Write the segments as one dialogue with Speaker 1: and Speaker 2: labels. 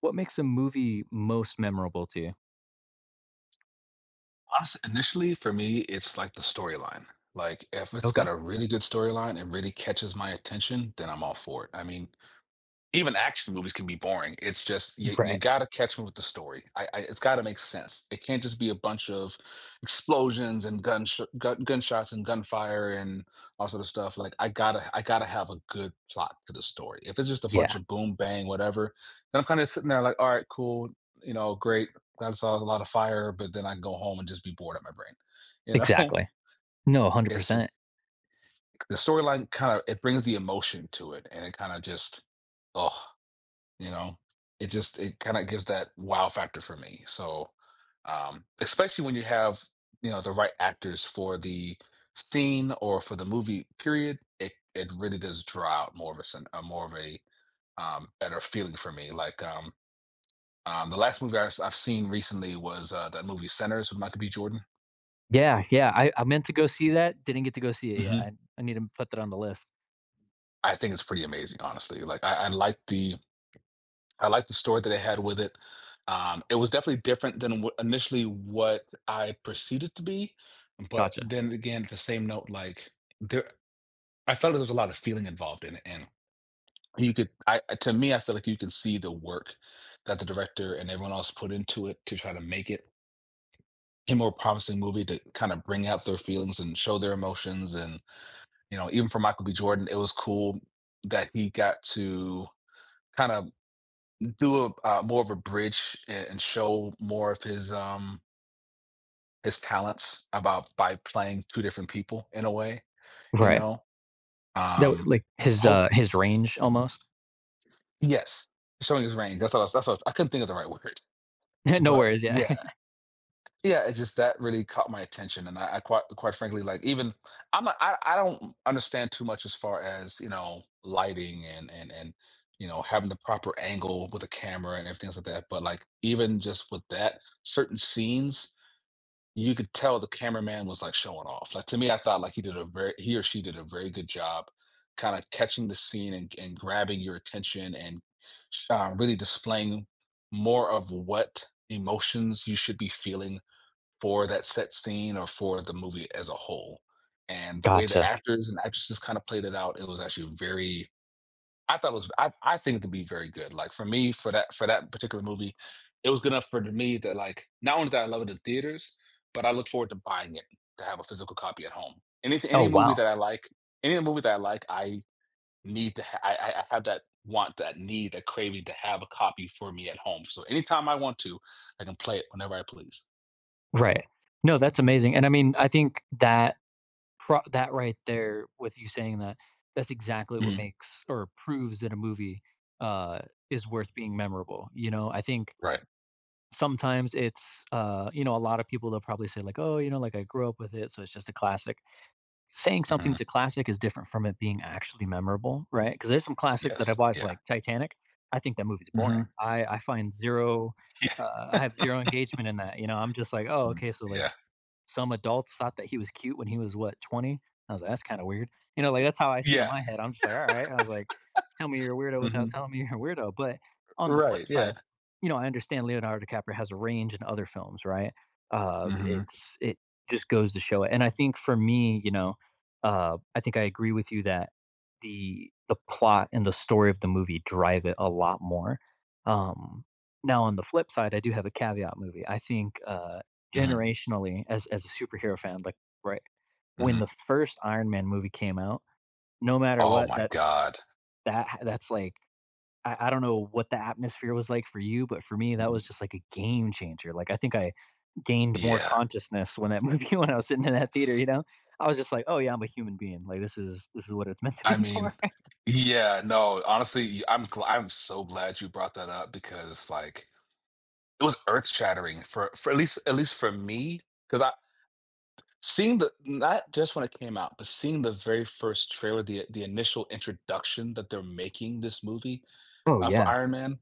Speaker 1: What makes a movie most memorable to you?
Speaker 2: Honestly, initially for me, it's like the storyline. Like if it's
Speaker 1: Okay.
Speaker 2: got a really good storyline and really catches my attention, then I'm all for it. I mean, even action movies can be boring. It's just you
Speaker 1: Right.
Speaker 2: got to catch me with the story. I it's got to make sense. It can't just be a bunch of explosions and gun gunshots and gunfire and all sort of stuff. Like I gotta have a good plot to the story. If it's just a bunch
Speaker 1: Yeah.
Speaker 2: of boom bang whatever, then I'm kind of sitting there like, all right, cool, great. Glad I saw a lot of fire, but then I can go home and just be bored at my brain. You know,
Speaker 1: Exactly. No,
Speaker 2: it's just
Speaker 1: 100%.
Speaker 2: the storyline it brings the emotion to it, and it kind of just. Oh, you know it just it kind of gives that wow factor for me. So especially when you have the right actors for the scene or for the movie period, it really does draw out more of a more of a better feeling for me, like the last movie I have seen recently was that movie centers with Michael B. Jordan.
Speaker 1: Yeah. Yeah. I meant to go see that. Didn't get to go see it yet.
Speaker 2: hmm
Speaker 1: I need to put that on the list.
Speaker 2: I think it's pretty amazing, honestly. Like I like the story that they had with it. It was definitely different than initially what I perceived it to be, but
Speaker 1: Gotcha.
Speaker 2: then again, at the same note, like there, I felt like there was a lot of feeling involved in it, and you could, to me, I feel like you can see the work that the director and everyone else put into it to try to make it a more promising movie, to kind of bring out their feelings and show their emotions. And you know, even for Michael B. Jordan, it was cool that he got to kind of do a more of a bridge and show more of his talents about by playing two different people in a way, you
Speaker 1: Right.
Speaker 2: know.
Speaker 1: That, w-
Speaker 2: Um,
Speaker 1: like his
Speaker 2: hope
Speaker 1: uh his range almost.
Speaker 2: Yes, showing his range. That's what I was, I couldn't think of the right word,
Speaker 1: No
Speaker 2: but
Speaker 1: worries. Yeah.
Speaker 2: yeah, yeah. It's just that really caught my attention. And I quite quite frankly, like, even I'm not, I don't understand too much as far as you know lighting and you know having the proper angle with a camera and everything like that. But like even just with that, certain scenes you could tell the cameraman was like showing off. Like to me, I thought like he did a very he or she did a very good job, kind of catching the scene and grabbing your attention and really displaying more of what emotions you should be feeling for that set scene or for the movie as a whole. And the way the
Speaker 1: Gotcha.
Speaker 2: actors and actresses kind of played it out, it was actually very I thought it was I think it to be very good. Like for me, for that particular movie, it was good enough for me that like not only did I love it in theaters, but I look forward to buying it to have a physical copy at home. Any
Speaker 1: Oh
Speaker 2: any movie
Speaker 1: wow.
Speaker 2: that I like, any movie that I like, I need to ha- I have that want, that need, that craving to have a copy for me at home. So anytime I want to, I can play it whenever I please.
Speaker 1: Right. No, that's amazing. And I mean, I think that right there, with you saying that, that's exactly what
Speaker 2: Mhm.
Speaker 1: makes or proves that a movie uh is worth being memorable. You know, I think
Speaker 2: Right.
Speaker 1: sometimes it's a lot of people, they'll probably say like, "Oh, you know, like I grew up with it, so it's just a classic." Saying
Speaker 2: Hmm.
Speaker 1: something's a classic is different from it being actually memorable, right? Because there's some classics that
Speaker 2: Yes.
Speaker 1: I've watched,
Speaker 2: Yeah.
Speaker 1: like Titanic. I think that movie's
Speaker 2: Hmm.
Speaker 1: boring. I find zero. Uh,
Speaker 2: Yeah.
Speaker 1: I have zero engagement in that. You know, I'm just like, oh,
Speaker 2: Mhm.
Speaker 1: okay, so like
Speaker 2: Yeah.
Speaker 1: some adults thought that he was cute when he was, what, 20. I was like, that's kind of weird. You know, like that's how I see it in
Speaker 2: Yeah.
Speaker 1: my head. I'm just like, all right. I was like, tell me you're a weirdo
Speaker 2: Hmm.
Speaker 1: without telling me you're a weirdo. But on the
Speaker 2: Right.
Speaker 1: flip
Speaker 2: Yeah.
Speaker 1: side, you know, I understand Leonardo DiCaprio has a range in other films, right? Uh,
Speaker 2: Hmm.
Speaker 1: it's it just goes to show it. And I think for me, you know, I think I agree with you that the plot and the story of the movie drive it a lot more. Um, now on the flip side, I do have a caveat movie. I think
Speaker 2: Hmm.
Speaker 1: generationally, as a superhero fan, like right when
Speaker 2: Hmm.
Speaker 1: the first Iron Man movie came out, no matter
Speaker 2: Oh
Speaker 1: what,
Speaker 2: my
Speaker 1: that
Speaker 2: God.
Speaker 1: that that's like I don't know what the atmosphere was like for you, but for me, that
Speaker 2: Mhm.
Speaker 1: was just like a game changer. Like I think I gained more
Speaker 2: Yeah.
Speaker 1: consciousness when that movie when I was sitting in that theater, you know? I was just like, "Oh yeah, I'm a human being. Like this is what it's meant to
Speaker 2: I
Speaker 1: be
Speaker 2: mean,
Speaker 1: for."
Speaker 2: yeah, no, honestly, I'm so glad you brought that up, because like it was earth-shattering for at least for me, because I seeing the not just when it came out, but seeing the very first trailer, the initial introduction that they're making this movie,
Speaker 1: Oh
Speaker 2: for
Speaker 1: yeah.
Speaker 2: Iron Man.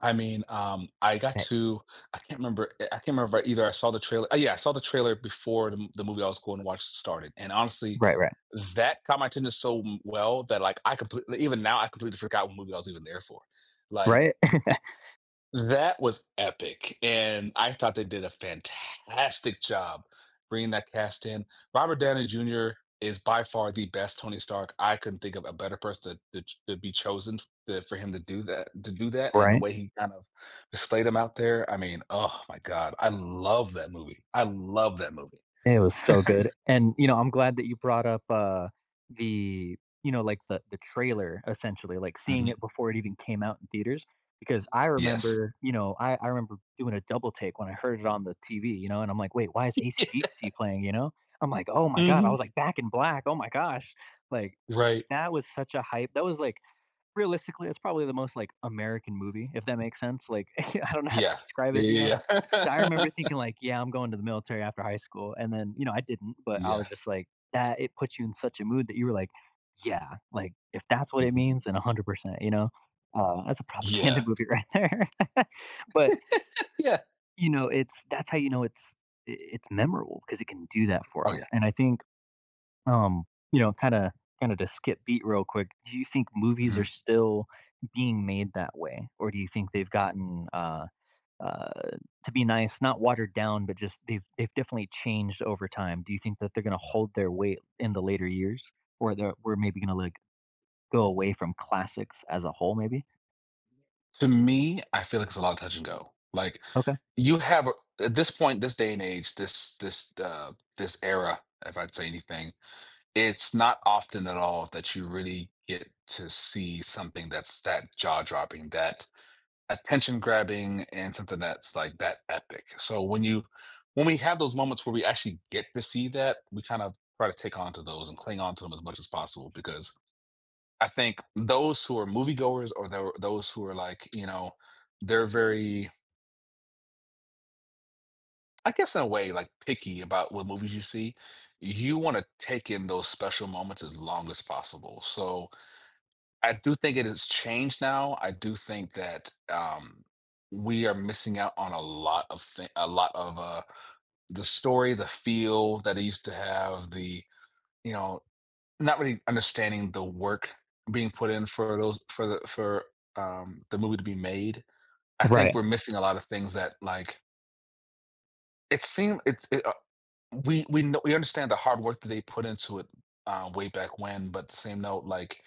Speaker 2: I mean, I got
Speaker 1: Eh,
Speaker 2: to I can't remember I can't remember if I either I saw the trailer, oh, yeah, I saw the trailer before the movie I was going to watch started. And honestly,
Speaker 1: Right, right.
Speaker 2: that caught my attention so m well that, like, I completely even now, I completely forgot what movie I was even there for. Like
Speaker 1: Right?
Speaker 2: that was epic. And I thought they did a fantastic job bringing that cast in. Robert Downey Jr. is by far the best Tony Stark. I couldn't think of a better person to be chosen for him to do that, to do that. And the
Speaker 1: Right?
Speaker 2: way he kind of displayed him out there. I mean, oh my God. I love that movie. I love that movie.
Speaker 1: It was so good, and, you know, I'm glad that you brought up, the you know, like, the trailer, essentially, like, seeing it
Speaker 2: Mhm.
Speaker 1: before it even came out in theaters, because I
Speaker 2: Yes.
Speaker 1: remember, you know, I remember doing a double take when I heard it on the TV, you know, and I'm like, "Wait, why is AC/DC playing?" You know? I'm like, "Oh my god." I
Speaker 2: Hmm.
Speaker 1: was like, "Back in Black, oh my gosh." Like,
Speaker 2: Right.
Speaker 1: that was such a hype. That was like, realistically, it's probably the most, like, American movie, if that makes sense, like, I don't know how to
Speaker 2: Yeah.
Speaker 1: describe it, you know,
Speaker 2: Yeah.
Speaker 1: because
Speaker 2: Yeah.
Speaker 1: I
Speaker 2: Yeah.
Speaker 1: remember thinking, like, "Yeah, I'm going to the military after high school," and then, you know, I didn't, but I
Speaker 2: yeah.
Speaker 1: was just like, that it puts you in such a mood that you were like, "Yeah, like, if that's what it
Speaker 2: Mhm.
Speaker 1: means, then 100%," you know? That's a propaganda
Speaker 2: Yeah.
Speaker 1: movie right there. But,
Speaker 2: Yeah.
Speaker 1: you know, it's that's how you know it's memorable because it can do that for
Speaker 2: Oh, yeah.
Speaker 1: us, and I think um, you know, kinda kinda to skip beat real quick, do you think movies are
Speaker 2: Mhm.
Speaker 1: still being made that way? Or do you think they've gotten, uh, to be nice, not watered down, but just they've definitely changed over time? Do you think that they're gonna hold their weight in the later years? Or that we're maybe gonna, like, go away from classics as a whole maybe?
Speaker 2: To me, I feel like it's a lot of touch and go. Like
Speaker 1: Okay.
Speaker 2: you have at this point, this day and age, this era, if I'd say anything, it's not often at all that you really get to see something that's that jaw dropping, that attention grabbing, and something that's like that epic. So when we have those moments where we actually get to see that, we kind of try to take on to those and cling on to them as much as possible, because I think those who are moviegoers or those who are like, you know, they're very, I guess, in a way, like picky about what movies you see. You want to take in those special moments as long as possible. So I do think it has changed now. I do think that we are missing out on a lot of a lot of the story, the feel that it used to have, the you know not really understanding the work being put in for those for the movie to be made. I think
Speaker 1: Right.
Speaker 2: we're missing a lot of things that like it we know we understand the hard work that they put into it, way back when. But at the same note, like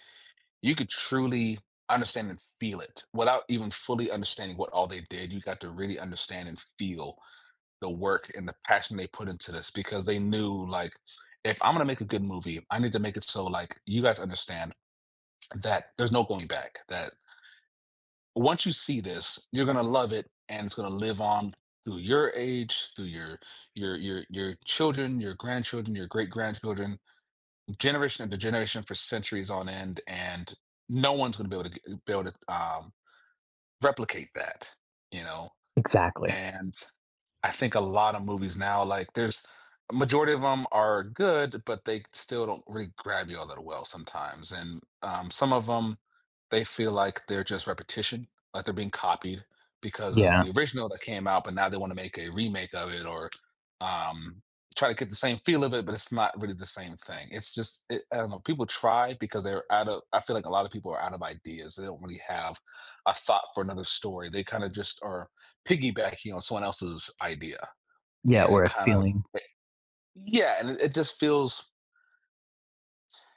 Speaker 2: you could truly understand and feel it without even fully understanding what all they did. You got to really understand and feel the work and the passion they put into this, because they knew like if I'm going to make a good movie, I need to make it so like you guys understand that there's no going back. That once you see this, you're gonna love it, and it's gonna live on through your age, through your children, your grandchildren, your great grandchildren, generation after generation for centuries on end. And no one's gonna be able to be able to replicate that, you know.
Speaker 1: Exactly.
Speaker 2: And. I think a lot of movies now, like there's a majority of them are good, but they still don't really grab you all that well sometimes. And some of them, they feel like they're just repetition, like they're being copied because of
Speaker 1: Yeah.
Speaker 2: the original that came out, but now they want to make a remake of it or um, try to get the same feel of it, but it's not really the same thing. It's just, it, I don't know, people try because they're out of, I feel like a lot of people are out of ideas. They don't really have a thought for another story. They kind of just are piggybacking on someone else's idea,
Speaker 1: Yeah,
Speaker 2: and
Speaker 1: or
Speaker 2: it
Speaker 1: a
Speaker 2: kind of
Speaker 1: feeling.
Speaker 2: yeah, and it just feels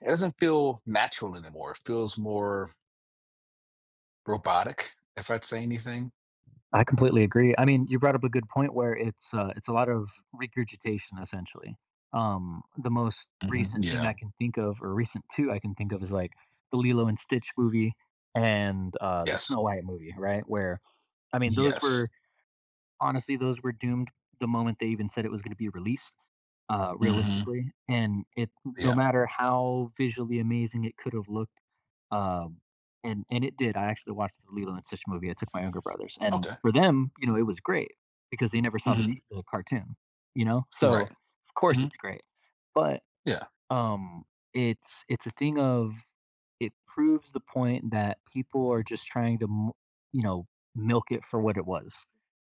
Speaker 2: it doesn't feel natural anymore. It feels more robotic, if I'd say anything.
Speaker 1: I completely agree. I mean, you brought up a good point where it's a lot of regurgitation essentially. The most
Speaker 2: Mhm.
Speaker 1: recent thing I
Speaker 2: Yeah.
Speaker 1: can think of, or recent two I can think of, is like the Lilo and Stitch movie and the
Speaker 2: Yes.
Speaker 1: Snow White movie, right? Where, I mean, those
Speaker 2: Yes.
Speaker 1: were honestly those were doomed the moment they even said it was going to be released,
Speaker 2: Hmm.
Speaker 1: realistically, and it, no
Speaker 2: Yeah.
Speaker 1: matter how visually amazing it could have looked, um, and it did. I actually watched the Lilo and Stitch movie. I took my younger brothers, and
Speaker 2: Okay.
Speaker 1: for them, you know, it was great because they never saw the
Speaker 2: Hmm.
Speaker 1: the cartoon, you know. So
Speaker 2: Right.
Speaker 1: of course
Speaker 2: Hmm.
Speaker 1: it's great, but
Speaker 2: Yeah.
Speaker 1: um, it's a thing of it proves the point that people are just trying to, m- you know, milk it for what it was,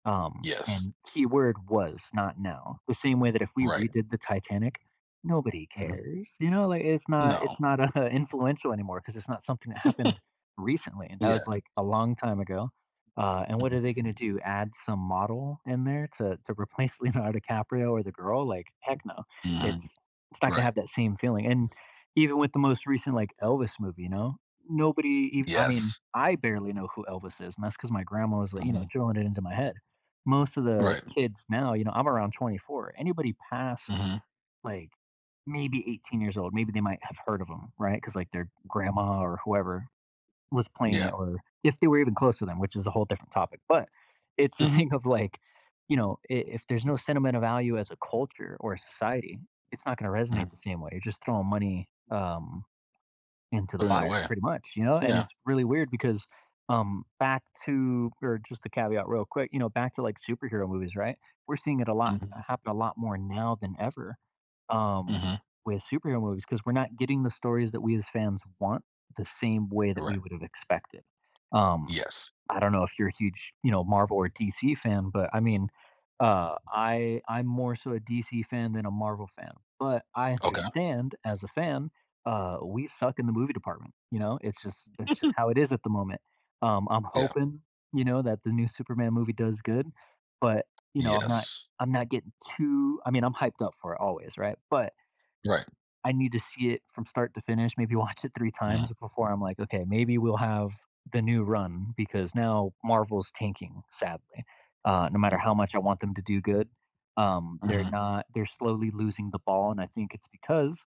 Speaker 2: Yes.
Speaker 1: and keyword was, not now. The same way that if we
Speaker 2: Right.
Speaker 1: redid the Titanic, nobody
Speaker 2: Hmm.
Speaker 1: cares, you know, like it's not
Speaker 2: No.
Speaker 1: it's not, uh, influential anymore because it's not something that happened recently, that
Speaker 2: Yeah.
Speaker 1: was, like, a long time ago, and what are they
Speaker 2: Hmm.
Speaker 1: gonna do? Add some model in there to replace Leonardo DiCaprio or the girl? Like, heck no.
Speaker 2: Hmm.
Speaker 1: It's it's not gonna
Speaker 2: Right.
Speaker 1: have that same feeling, and even with the most recent, like, Elvis movie, you know, nobody eve I mean,
Speaker 2: Yes.
Speaker 1: I barely know who Elvis is, and that's because my grandma was, like, you know,
Speaker 2: Hmm.
Speaker 1: drilling it into my head. Most of the
Speaker 2: Right.
Speaker 1: kids now, you know, I'm around 24. Anybody past
Speaker 2: Hmm.
Speaker 1: like maybe 18 years old, maybe they might have heard of them, right? Because like their grandma or whoever was playing
Speaker 2: Yeah.
Speaker 1: it, or if they were even close to them, which is a whole different topic. But it's the
Speaker 2: Hmm.
Speaker 1: thing of like, if there's no sentimental value as a culture or a society, it's not going to resonate the
Speaker 2: Hmm.
Speaker 1: same way. You're just throwing money into the
Speaker 2: Throwing it
Speaker 1: fire
Speaker 2: away.
Speaker 1: pretty much, you know? And
Speaker 2: Yeah.
Speaker 1: it's really weird because back to, or just to caveat real quick, you know, back to like superhero movies, right? We're seeing it a lot
Speaker 2: Hmm.
Speaker 1: happen a lot more now than ever um
Speaker 2: Hmm.
Speaker 1: with superhero movies because we're not getting the stories that we as fans want the same way that we
Speaker 2: Right.
Speaker 1: would have expected. Um
Speaker 2: Yes.
Speaker 1: I don't know if you're a huge, you know, Marvel or DC fan, but I mean I'm more so a DC fan than a Marvel fan. But I
Speaker 2: Okay.
Speaker 1: understand as a fan, we suck in the movie department, you know? It's just how it is at the moment. I'm
Speaker 2: Yeah.
Speaker 1: hoping, you know, that the new Superman movie does good, but, you know, I'm not
Speaker 2: Yes.
Speaker 1: I'm not getting too I mean, I'm hyped up for it always, right? But
Speaker 2: Right.
Speaker 1: I need to see it from start to finish, maybe watch it three
Speaker 2: Mhm.
Speaker 1: times before I'm like, "Okay, maybe we'll have the new run," because now Marvel's tanking, sadly. No matter
Speaker 2: Mhm.
Speaker 1: how much I want them to do good, they're
Speaker 2: Mhm.
Speaker 1: not they're slowly losing the ball, and I think it's because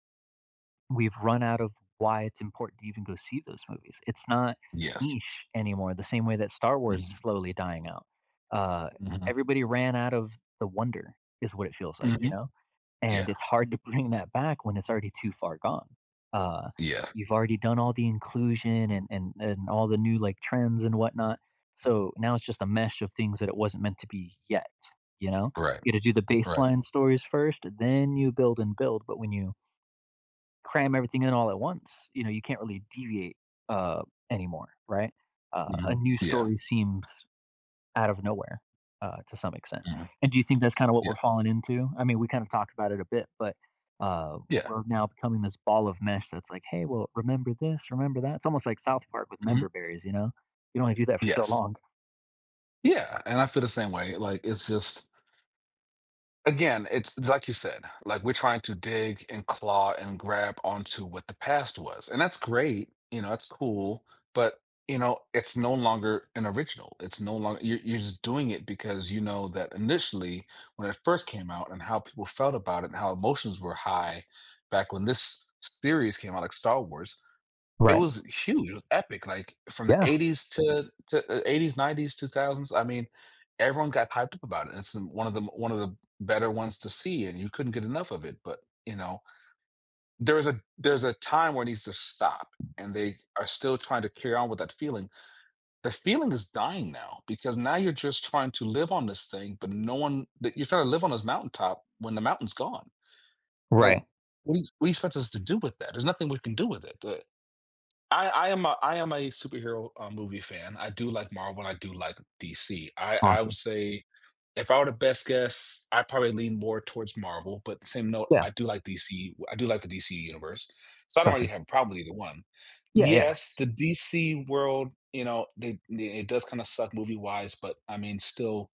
Speaker 1: we've run out of why it's important to even go see those movies. It's not
Speaker 2: Yes.
Speaker 1: niche anymore, the same way that Star Wars is
Speaker 2: Mhm.
Speaker 1: slowly dying out. Uh,
Speaker 2: Mhm.
Speaker 1: everybody ran out of the wonder, is what it feels like, you
Speaker 2: Mhm.
Speaker 1: know? And
Speaker 2: Yeah.
Speaker 1: it's hard to bring that back when it's already too far gone. Uh,
Speaker 2: Yes.
Speaker 1: you've already done all the inclusion and all the new like trends and whatnot. So now it's just a mesh of things that it wasn't meant to be yet, you know?
Speaker 2: Right.
Speaker 1: You got to do the
Speaker 2: Right.
Speaker 1: baseline stories first, then you build and build. But when you cram everything in all at once. You know, you can't really deviate uh, anymore, right? A
Speaker 2: Mhm.
Speaker 1: new
Speaker 2: Yeah.
Speaker 1: story seems out of nowhere, to some extent.
Speaker 2: Mhm.
Speaker 1: And do you think that's kind of what
Speaker 2: Yeah.
Speaker 1: we're falling into? I mean, we kind of talked about it a bit, but
Speaker 2: Yeah.
Speaker 1: we're now becoming this ball of mesh that's like, hey, well, remember this, remember that. It's almost like South Park with
Speaker 2: Mhm.
Speaker 1: member berries, you know? You don't only do that for so
Speaker 2: Yes.
Speaker 1: long.
Speaker 2: Yeah, and I feel the same way. Like, it's just again, it's like you said, like we're trying to dig and claw and grab onto what the past was. And that's great, you know, that's cool, but you know, it's no longer an original. It's no longer you're just doing it because you know that initially when it first came out and how people felt about it and how emotions were high back when this series came out, like Star Wars, it
Speaker 1: Right.
Speaker 2: was huge, it was epic. Like, from the
Speaker 1: Yeah.
Speaker 2: '80s to '80s, '90s, 2000s, I mean, everyone got hyped up about it. It's one of the better ones to see, and you couldn't get enough of it. But, you know, there's a time where it needs to stop, and they are still trying to carry on with that feeling. The feeling is dying now, because now you're just trying to live on this thing, but no one that you're trying to live on this mountaintop when the mountain's gone. Like,
Speaker 1: Right.
Speaker 2: what do you expect us to do with that? There's nothing we can do with it. The I am a superhero, movie fan. I do like Marvel, I do like DC. I would
Speaker 1: Awesome.
Speaker 2: say, if I were to best guess, I probably lean more towards Marvel. But the same note,
Speaker 1: Yeah.
Speaker 2: I do like DC, I do like the DC universe, so I don't really
Speaker 1: Gotcha.
Speaker 2: have a problem with either one.
Speaker 1: Yeah. Yeah.
Speaker 2: Yes, the DC world, you know, it does kinda suck movie-wise, but I mean, still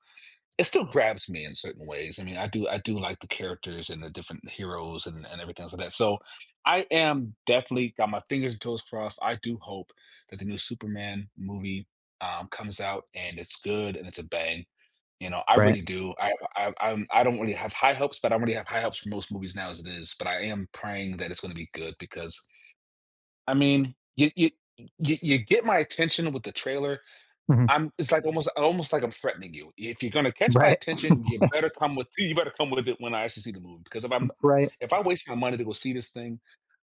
Speaker 2: it still grabs me in certain ways. I mean, I do like the characters and the different heroes and everything like that. So I am definitely got my fingers and toes crossed. I do hope that the new Superman movie comes out and it's good and it's a bang. You know, I
Speaker 1: Right.
Speaker 2: really do. I don't really have high hopes, but I already have high hopes for most movies now as it is. But I am praying that it's going to be good. Because I mean, you, you get my attention with the trailer.
Speaker 1: Hmm.
Speaker 2: I'm it's like almost like I'm threatening you. If you're gonna catch my
Speaker 1: Right.
Speaker 2: attention, you better come with you better come with it when I actually see the movie. Because
Speaker 1: Right.
Speaker 2: if I waste my money to go see this thing,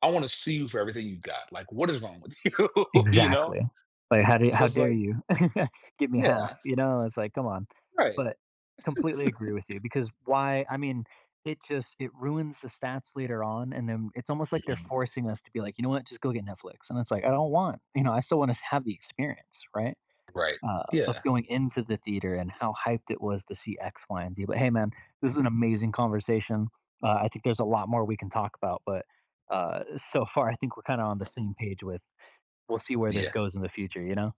Speaker 2: I want to see you for everything you got. Like, what is wrong with you? You
Speaker 1: Exactly.
Speaker 2: know?
Speaker 1: Like, how do
Speaker 2: So
Speaker 1: how
Speaker 2: it's
Speaker 1: dare
Speaker 2: like,
Speaker 1: you give me
Speaker 2: yeah,
Speaker 1: half, you know? It's like, come on.
Speaker 2: right.
Speaker 1: But completely agree with you because why, I mean, it just it ruins the stats later on, and then it's almost like they're
Speaker 2: Mhm.
Speaker 1: forcing us to be like, you know what, just go get Netflix. And it's like, I don't want, you know, I still want to have the experience, right?
Speaker 2: Right.
Speaker 1: Of
Speaker 2: Yeah.
Speaker 1: going into the theater and how hyped it was to see X, Y, and Z. But hey, man, this is an amazing conversation. I think there's a lot more we can talk about, but so far, I think we're kind of on the same page with we'll see where this
Speaker 2: Yeah.
Speaker 1: goes in the future, you know?